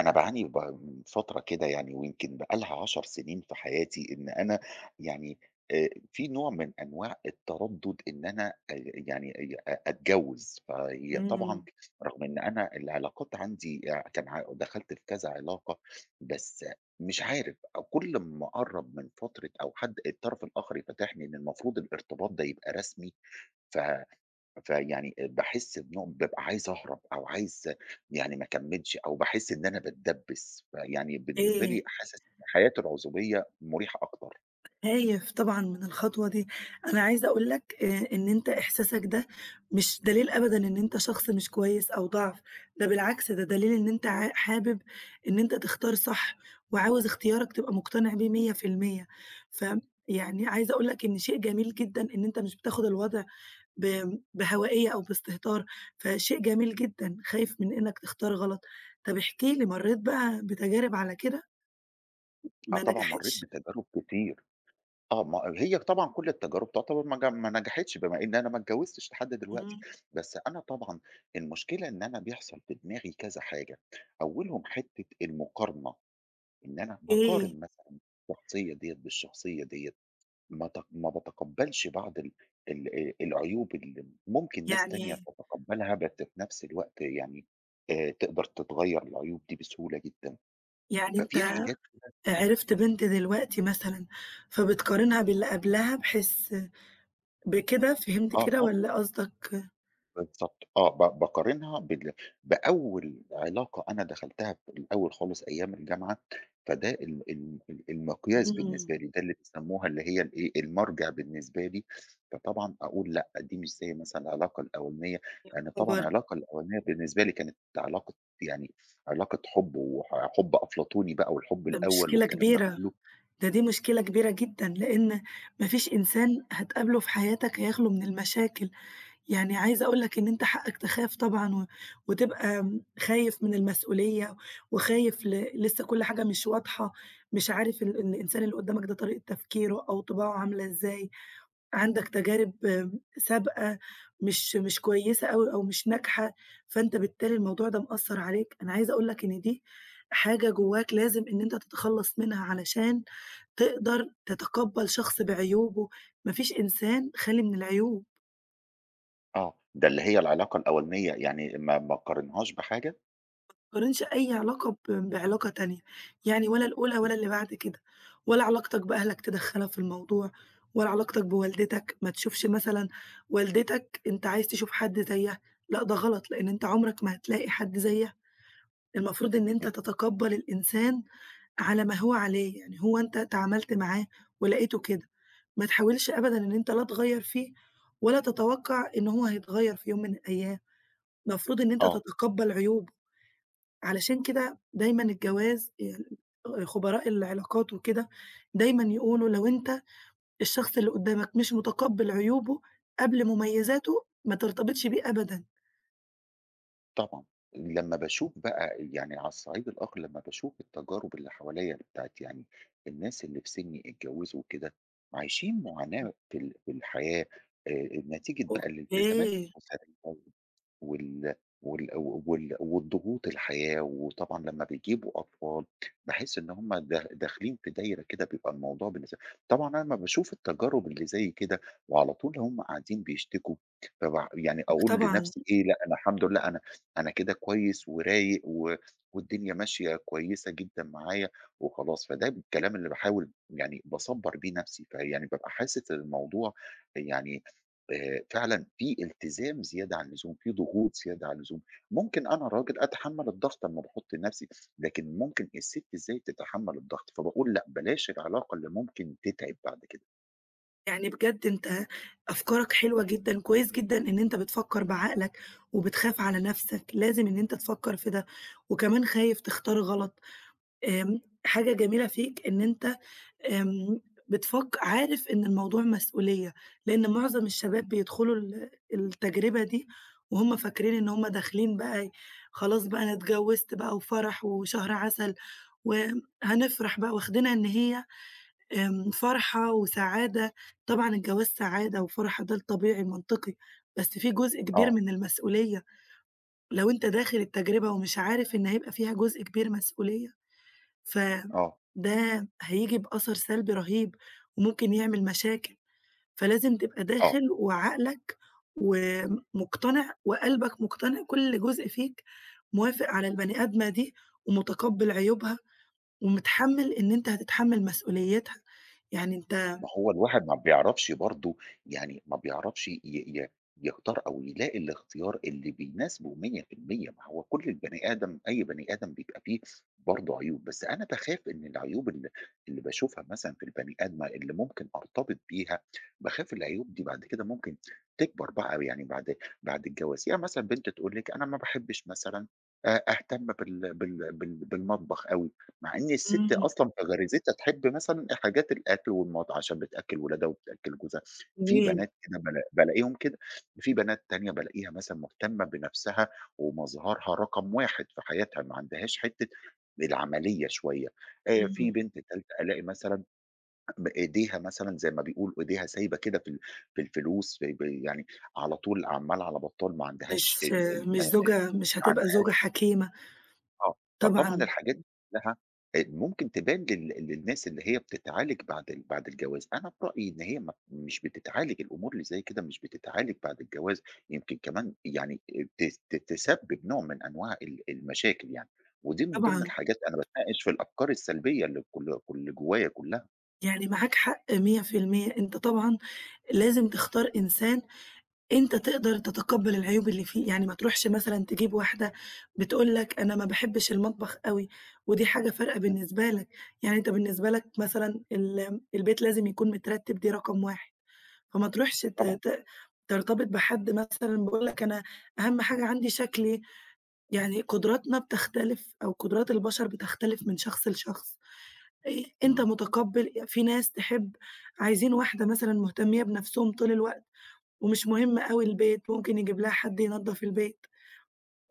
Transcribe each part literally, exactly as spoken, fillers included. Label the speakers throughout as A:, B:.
A: أنا باعاني ب من فترة كده يعني ويمكن بقى لها 10 سنين في حياتي إن أنا يعني آآ في نوع من أنواع التردُّد إن أنا آآ يعني أ أ أتجوّز، فهي طبعًا
B: إمم،
A: رغم إن أنا العلاقات عندي آآ كان ع دخلت في كذا علاقة، بس مش عارف كل أمّا أقرّب من فترة أو حد الطرف الآخر يفتِح لي إن المفروض الارتباط ده يبقى رسمي ف فيعني باحس بنوع بابقى عايز أهرب أو عايز يعني ما أكمّلش أو باحس إن أنا باتدبّس، فيعني بالنسبة لي
B: إيه،
A: حاسس إن حياة العزوبية مُريحة أكتر.
B: خايف طبعًا من الخطوة دي، أنا عايزة أقول لك آآ إن أنت إحساسك ده مش دليل أبدًا إن أنت شخص مش كويس أو ضعف، ده بالعكس ده دليل إن أنت ع حابب إن أنت تختار صح، وعاوز اختيارك تبقى مقتنع بيه مية في المية، ف يعني عايزة أقول لك إن شيء جميل جدًا إن أنت مش بتاخد الوضع ب بهوائية أو باستهتار، فشيء جميل جدًا، خايف من إنك تختار غلط. طب احكِ لي مرّيت بقى بتجارب على كده
A: آه
B: ما
A: طبعًا مرّيت
B: نجحتش؟
A: بتجارب كتير. آه، ما هي طبعًا كل التجارب تعتبر ما ج ما نجحتش بما إن أنا ما اتجوّزتش لحد دلوقتي،
B: إمم.
A: بس أنا طبعًا المشكلة إن أنا بيحصل في دماغي كذا حاجة، أولهم حتّة المقارنة، إن أنا
B: إيه،
A: باقارن مثلًا الشخصية ديّة بالشخصية ديّة. ما ت ما باتقبّلش بعض ال ال آآ العيوب اللي ممكن ناس تانية
B: يعني
A: تتقبّلها، بس في نفس الوقت يعني آآ تقدر تتغيّر العيوب دي بسهولة جدًا،
B: يعني
A: ففي
B: أنت
A: حاجات
B: عرفت بنت دلوقتي مثلًا، فبتقارنها باللي قبلها بحيث بكده فهمت
A: آه
B: كده
A: آه.
B: والّا قصدك
A: بالضبط آه، ب باقارنها بال بأول علاقة أنا دخلتها في الأول خالص أيام الجامعة، فده ال ال ال المقياس
B: إمم،
A: بالنسبة لي، ده اللي بيسموها اللي هي الإيه، المرجع بالنسبة لي، فطبعًا أقول لأ، دي مش زي مثلًا العلاقة الأولانية، لأن طبعًا
B: خبر!
A: العلاقة الأولانية بالنسبة لي كانت علاقة يعني علاقة حُب وح حُب أفلاطوني بقى والحب
B: ده
A: الأول
B: مشكلة
A: والكلام ده
B: كبيرة،
A: كله،
B: ده دي مشكلة كبيرة جدًا، لإن ما فيش إنسان هتقابله في حياتك هيخلو من المشاكل، يعني عايزة أقول لك إن أنت حقك تخاف طبعًا و وتبقى م خايف من المسؤولية وخايف ل لسه كل حاجة مش واضحة، مش عارف ال الإنسان اللي قدامك ده طريقة تفكيره أو طباعه عاملة إزاي. عندك تجارب آم، سابقة مش مش كويسة أوي أو مش ناجحة، فأنت بالتالي الموضوع ده مأثّر عليك. أنا عايزة أقول لك إن دي حاجة جواك لازم إن أنت تتخلّص منها علشان تقدر تتقبّل شخص بعيوبه، ما فيش إنسان خالي من العيوب.
A: آه، ده اللي هي العلاقة الأولانية يعني ما ما اقارنهاش بحاجة
B: تقارنش أي علاقة ب بعلاقة تانية، يعني ولا الأولى
A: إمم،
B: ولا اللي بعد كده، ولا علاقتك بأهلك تدخّلها في الموضوع، ولا علاقتك بوالدتك، ما تشوفش مثلًا والدتك أنت عايز تشوف حد زيها، لأ ده غلط، لأن أنت عمرك ما هتلاقي حد زيها، المفروض إن أنت
A: إمم،
B: تتقبّل الإنسان على ما هو عليه، يعني هو أنت تعاملت معاه ولقيته كده، ما تحاولش أبدًا إن أنت لا تغيّر فيه، ولا تتوقع إن هو هيتغيّر في يوم من الأيام، المفروض إن أنت
A: آه.
B: تتقبّل عيوبه. علشان كده دايمًا الجواز ال خبراء العلاقات وكده دايمًا يقولوا لو أنت الشخص اللي قدّامك مش متقبّل عيوبه قبل مميزاته ما ترتبطش بيه أبدًا.
A: طبعًا، لمّا باشوف بقى يعني على الصعيد الآخر لمّا باشوف التجارب اللي حواليّا بتاعة يعني الناس اللي في سني اتجوّزوا وكده، عايشين معاناة في ال في الحياة آآ، نتيجة بقى الالتزامات
B: أوكي،
A: الأسرية. وال وال وال والضغوط الحياة، وطبعًا لمّا بيجيبوا أطفال باحس إن هُم دا داخلين في دايرة كده بيبقى الموضوع بالنسبة طبعًا أنا لمّا باشوف التجارب اللي زي كده وعلى طول هُم قاعدين بيشتكوا، فبع يعني أقول
B: طبعًا.
A: لنفسي إيه لأ أنا الحمد لله أنا أنا كده كويس ورايق و والدنيا ماشية كويسة جدًا معايا وخلاص، فده الكلام اللي باحاول يعني باصبّر بيه نفسي، فيعني بابقى حاسس الموضوع يعني آآ فعلًا في التزام زيادة عن اللزوم، في ضغوط زيادة عن اللزوم، ممكن أنا راجل أتحمّل الضغط أمّا باحُط لنَفْسي، لكن ممكن الست إزاي تتحمّل الضغط، فباقول لأ، بلاش العلاقة اللي ممكن تتعِب بعد كده.
B: يعني بجد أنت أفكارك حلوة جدًا، كويس جدًا إن أنت بتفكّر بعقلك وبتخاف على نَفْسك، لازم إن أنت تفكّر في ده، وكمان خايف تختار غلط. آمم، حاجة جميلة فيك إن أنت آمم، بتفك عارف إن الموضوع مسؤولية، لإن معظم الشباب بيدخلوا ال التجربة دي وهُم فاكرين إن هُم داخلين بقى خلاص بقى أنا اتجوزت بقى وفرح وشهر عسل، وهنفرح بقى واخدينها إن هي آمم، فرحة وسعادة، طبعًا الجواز سعادة وفرحة ده الطبيعي المنطقي، بس في جزء كبير
A: آه،
B: من المسؤولية، لو أنت داخل التجربة ومش عارف إن هيبقى فيها جزء كبير مسؤولية
A: آه،
B: فده هييجي بأثر سلبي رهيب، وممكن يعمل مشاكل، فلازم تبقى
A: آه.
B: داخل وعقلك ومقتنع وقلبك مقتنع، كل جزء فيك موافق على البني آدمة دي ومتقبّل عيوبها ومتحمّل إن أنت هتتحمّل مسؤوليتها، يعني أنت
A: ما هو الواحد ما بيعرفش برضه يعني ما بيعرفش ي ي يختار أو يلاقي الاختيار اللي بيناسبه مية في المية ما هو كل البني آدم أي بني آدم بيبقى فيه برضه عيوب، بس أنا باخاف إن العيوب ال اللي باشوفها مثلًا في البني آدمة اللي ممكن أرتبط بيها، باخاف العيوب دي بعد كده ممكن تكبر بقى يعني بعد بعد الجواز، يعني مثلًا بنت تقول لِك أنا ما باحبش مثلًا آآ أهتم بال بال بال بالمطبخ أوي، مع إن الست
B: إمم،
A: أصلًا كغريزتها تحب مثلًا حاجات الأكل والمط عشان بتأكّل ولادها وبتأكّل جوزها، في
B: جميل،
A: بنات كده بالا بالاقيهم كده، في بنات تانية بالاقيها مثلًا مهتمة بنفسها ومظهرها رقم واحد في حياتها، ما عندهاش حتّة العملية شوية، آآ في
B: إمم،
A: بنت تالتة ألاقي مثلًا م إيديها مثلًا زي ما بيقولوا إيديها سايبة كده في ال في الفلوس، في ب يعني على طول عمّالة على بطّال ما عندهاش
B: مش
A: ال ال
B: مش
A: ما ما
B: زوجة مش هتبقى
A: عندهاش
B: زوجة حكيمة،
A: آه، فطبعًا
B: طبعًا،
A: الحاجات دي كلها آآ، ممكن تبان لل للناس اللي هي بتتعالج بعد ال بعد الجواز، أنا في رأيي إن هي ما مش بتتعالج الأمور اللي زي كده مش بتتعالج بعد الجواز، يمكن كمان يعني آآ، تس ت تسبب نوع من أنواع ال المشاكل يعني، ودي من ضمن
B: طبعًا،
A: الحاجات أنا باتناقش في الأفكار السلبية اللي كل كل جوايا كلها،
B: يعني معاك حق مية في المية أنت طبعًا لازم تختار إنسان أنت تقدر تتقبّل العيوب اللي فيه، يعني ما تروحش مثلًا تجيب واحدة بتقول لك أنا ما باحبش المطبخ أوي، ودي حاجة فارقة
A: إمم،
B: بالنسبة لك، يعني أنت بالنسبة لك مثلًا ال البيت لازم يكون مترتّب دي رقم واحد، فما تروحش ت
A: طبعًا،
B: ت ترتبط بحد مثلًا بيقول لك أنا أهم حاجة عندي شكلي، يعني قدراتنا بتختلف أو قدرات البشر بتختلف من شخص لشخص، آآ أنت
A: إمم،
B: متقبّل في ناس تحب عايزين واحدة مثلًا مهتمية بنَفْسهم طول الوقت. ومش مهم أوي البيت، ممكن يجيب لها حد ينضّف البيت،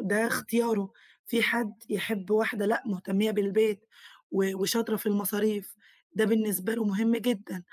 B: ده
A: إمم.
B: اختياره. في حد يحب واحدة لأ، مهتمية بالبيت و وشاطرة في المصاريف، ده بالنسبة له مهم جدًا،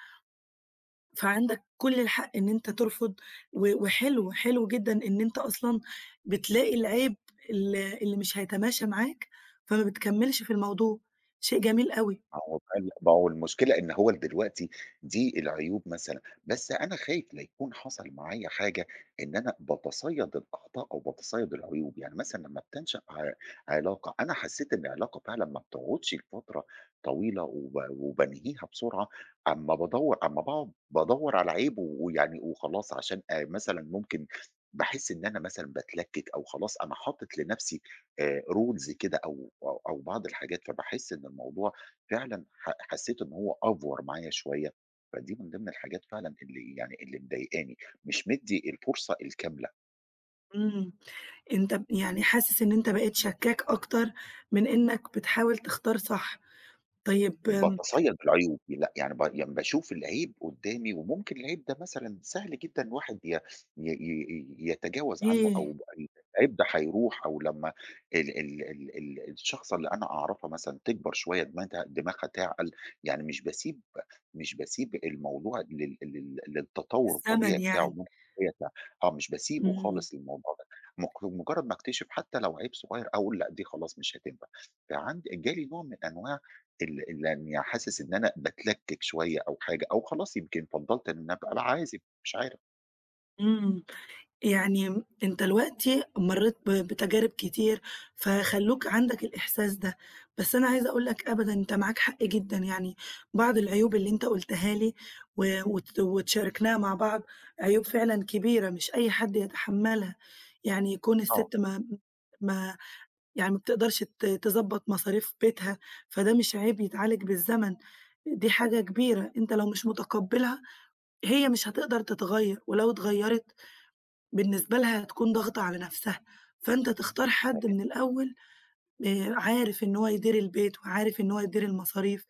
B: فعندك كل الحق إن أنت ترفض و وحلو، حلو جدًا إن أنت أصلًا بتلاقي العيب ال اللي مش هيتماشى معاك، فما بتكمّلش في الموضوع، شيء جميل أوي.
A: ما هو بقى ال ما هو المشكلة إن هو ال دلوقتي دي العيوب مثلًا، بس أنا خايف لا يكون حصل معايا حاجة إن أنا باتصيد الأخطاء أو باتصيد العيوب، يعني مثلًا لمّا بتنشأ ع علاقة، أنا حسيت إن العلاقة فعلًا ما بتقعدش لفترة طويلة وب وبانهيها بسرعة، أمّا بادوّر أمّا باقعد بادوّر على عيب و ويعني وخلاص عشان آآ مثلًا ممكن باحس إن أنا مثلًا باتلكِّك أو خلاص أنا حاطط لنفسي آآ rules كده أو أو أو بعض الحاجات، فباحس إن الموضوع فعلًا ح حسّيت إن هو أفور معايا شوية، فدي من ضمن الحاجات فعلًا اللي يعني اللي مضايقاني، مش مدّي الفرصة الكاملة.
B: إمم، أنت ب يعني حاسس إن أنت بقيت شكّاك أكتر من إنك بتحاول تختار صح. طيب
A: باتصيد العيوب، لأ يعني ب يعني باشوف العيب قدّامي وممكن العيب ده مثلًا سهل جدًا الواحد ي ي ي يتجاوز عنه
B: إيه،
A: أو العيب ده هيروح أو لمّا ال ال ال ال الشخصة اللي أنا أعرفها مثلًا تكبر شوية دماغها دماغها تعقل، يعني مش باسيب مش باسيب الموضوع لل لل للتطور الطبيعي
B: الزمن
A: بتاعه
B: يعني،
A: ممكن هي تع آه مش باسيبه
B: إمم،
A: خالص الموضوع ده، مق مجرد ما أكتشف حتى لو عيب صغير أقول لأ دي خلاص مش هتنفع، فعند جالي نوع من أنواع ال ال يعني حاسس إن أنا باتلكك شوية أو حاجة، أو خلاص يمكن فضّلت إن أنا أبقى العازب مش عارف.
B: إمم، يعني أنت دلوقتي مرّيت ب بتجارب كتير، فخلّوك عندك الإحساس ده، بس أنا عايزة أقول لك أبدًا أنت معاك حق جدًا، يعني بعض العيوب اللي أنت قُلتها لي و وت وتشاركناها مع بعض، عيوب فعلًا كبيرة مش أي حد يتحمّلها، يعني كون
A: اه
B: السِت ما ما يعني ما بتقدرش ت تضبّط مصاريف بيتها، فده مش عيب يتعالج بالزمن، دي حاجة كبيرة، أنت لو مش متقبّلها هي مش هتقدر تتغيّر، ولو اتغيّرت بالنسبة لها هتكون ضاغطة على نَفْسها، فأنت تختار حد من الأول آآ عارف إن هو يدير البيت وعارف إن هو يدير المصاريف،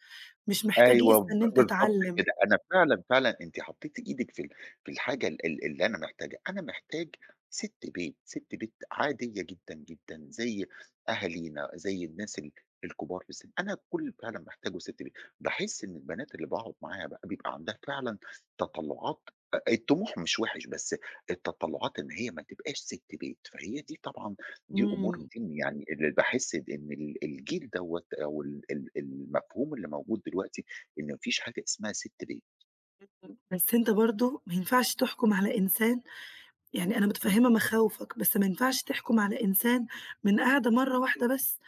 B: مش محتاج
A: أيوه
B: لسه
A: ب
B: إن أنت
A: بالضبط
B: تعلِّم.
A: كده، أنا فعلًا، فعلًا أنتِ حطيتِ إيدِك في ال في الحاجة ال ال اللي أنا محتاجها، أنا محتاج سِت بيت، سِت بيت عادية جدًا، جدًا، زي أهالينا، زي الناس ال الكبار في السن، أنا كل فعلًا محتاجه سِت بيت، باحس إن البنات اللي باقعد معاها بقى بيبقى عندها فعلًا تطلُّعات أ الطموح مش وِحِش، بس التطلُّعات إن هي ما تبقاش سِت بيت، فهي دي طبعًا دي أمور
B: إمم،
A: دي يعني اللي باحس إن ال الجيل دوّة أو ال ال المفهوم اللي موجود دلوقتي إن ما فيش حاجة اسمها سِت بيت.
B: بس أنت برضه ما ينفعش تحكُم على إنسان يعني أنا
A: إمم.
B: متفهمة مخاوفك، بس ما ينفعش تحكم على إنسان من قعدة مرة واحدة بس،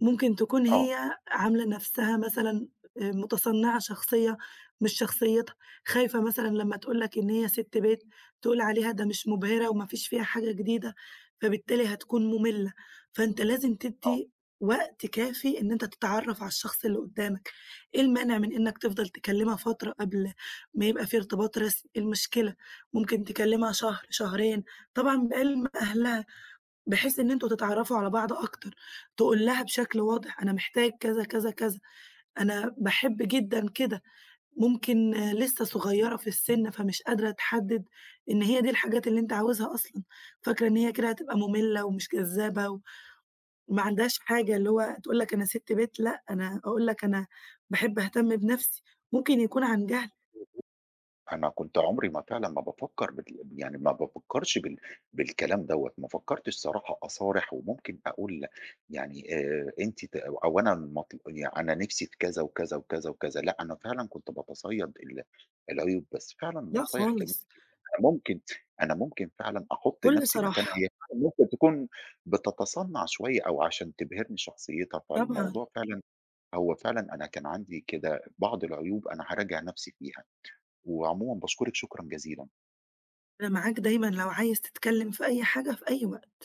B: ممكن تكون
A: آه،
B: هي عاملة نفسها مثلًا آآ متصنعة شخصية مش شخصيتها، خايفة مثلًا لمّا تقول لك إن هي سِت بيت تقول عليها ده مش مبهرة وما فيش فيها حاجة جديدة، فبالتالي هتكون مملة، فأنت لازم
A: آه.
B: تدّي وقت كافي إن أنت تتعرّف على الشخص اللي قدامك، إيه المانع من إنك تفضل تكلمها فترة قبل ما يبقى في ارتباط رسمي، إيه المشكلة؟ ممكن تكلّمها شهر، شهرين، طبعًا بعلم أهلها، بحيث إن أنتم تتعرّفوا على بعض أكتر، تقول لها بشكل واضح أنا محتاج كذا، كذا، كذا، أنا باحب جدًا كده، ممكن آه، لسه صغيّرة في السِن فمش قادرة تحدّد إن هي دي الحاجات اللي أنت عاوزها أصلًا، فاكرة إن هي كده هتبقى مُمِلّة ومش جذابة وما عندهاش حاجة اللي هو تقول لك أنا سِت بيت، لأ، أنا أقول لك أنا باحب أهتم بنَفْسي، ممكن يكون عن جهل،
A: أنا كنت عمري ما فعلًا ما بافكّر بال يعني ما بافكّرش بال بالكلام دوّة، ما فكّرتش صراحة أصارح وممكن أقول يعني آآ أنتِ ت أو أنا مطل يعني أنا نِفْسي في كذا وكذا وكذا وكذا، لأ أنا فعلًا كنت باتصيّد ال العيوب، بس فعلًا
B: لأ
A: نصايح جميلة،
B: خالص،
A: أنا ممكن أنا ممكن فعلًا أحُط
B: بكل
A: نَفْسي مكانها،
B: صراحة،
A: هي فعلًا ممكن تكون بتتصنّع شوية أو عشان تبهرني شخصيتها،
B: طبعًا.
A: فالموضوع فعلًا هو فعلًا أنا كان عندي كده بعض العيوب أنا هاراجع نَفْسي فيها، وعمومًا باشكرِك شكرًا جزيلًا.
B: أنا معاك دايمًا لو عايز تتكلم في أي حاجة في أي وقت.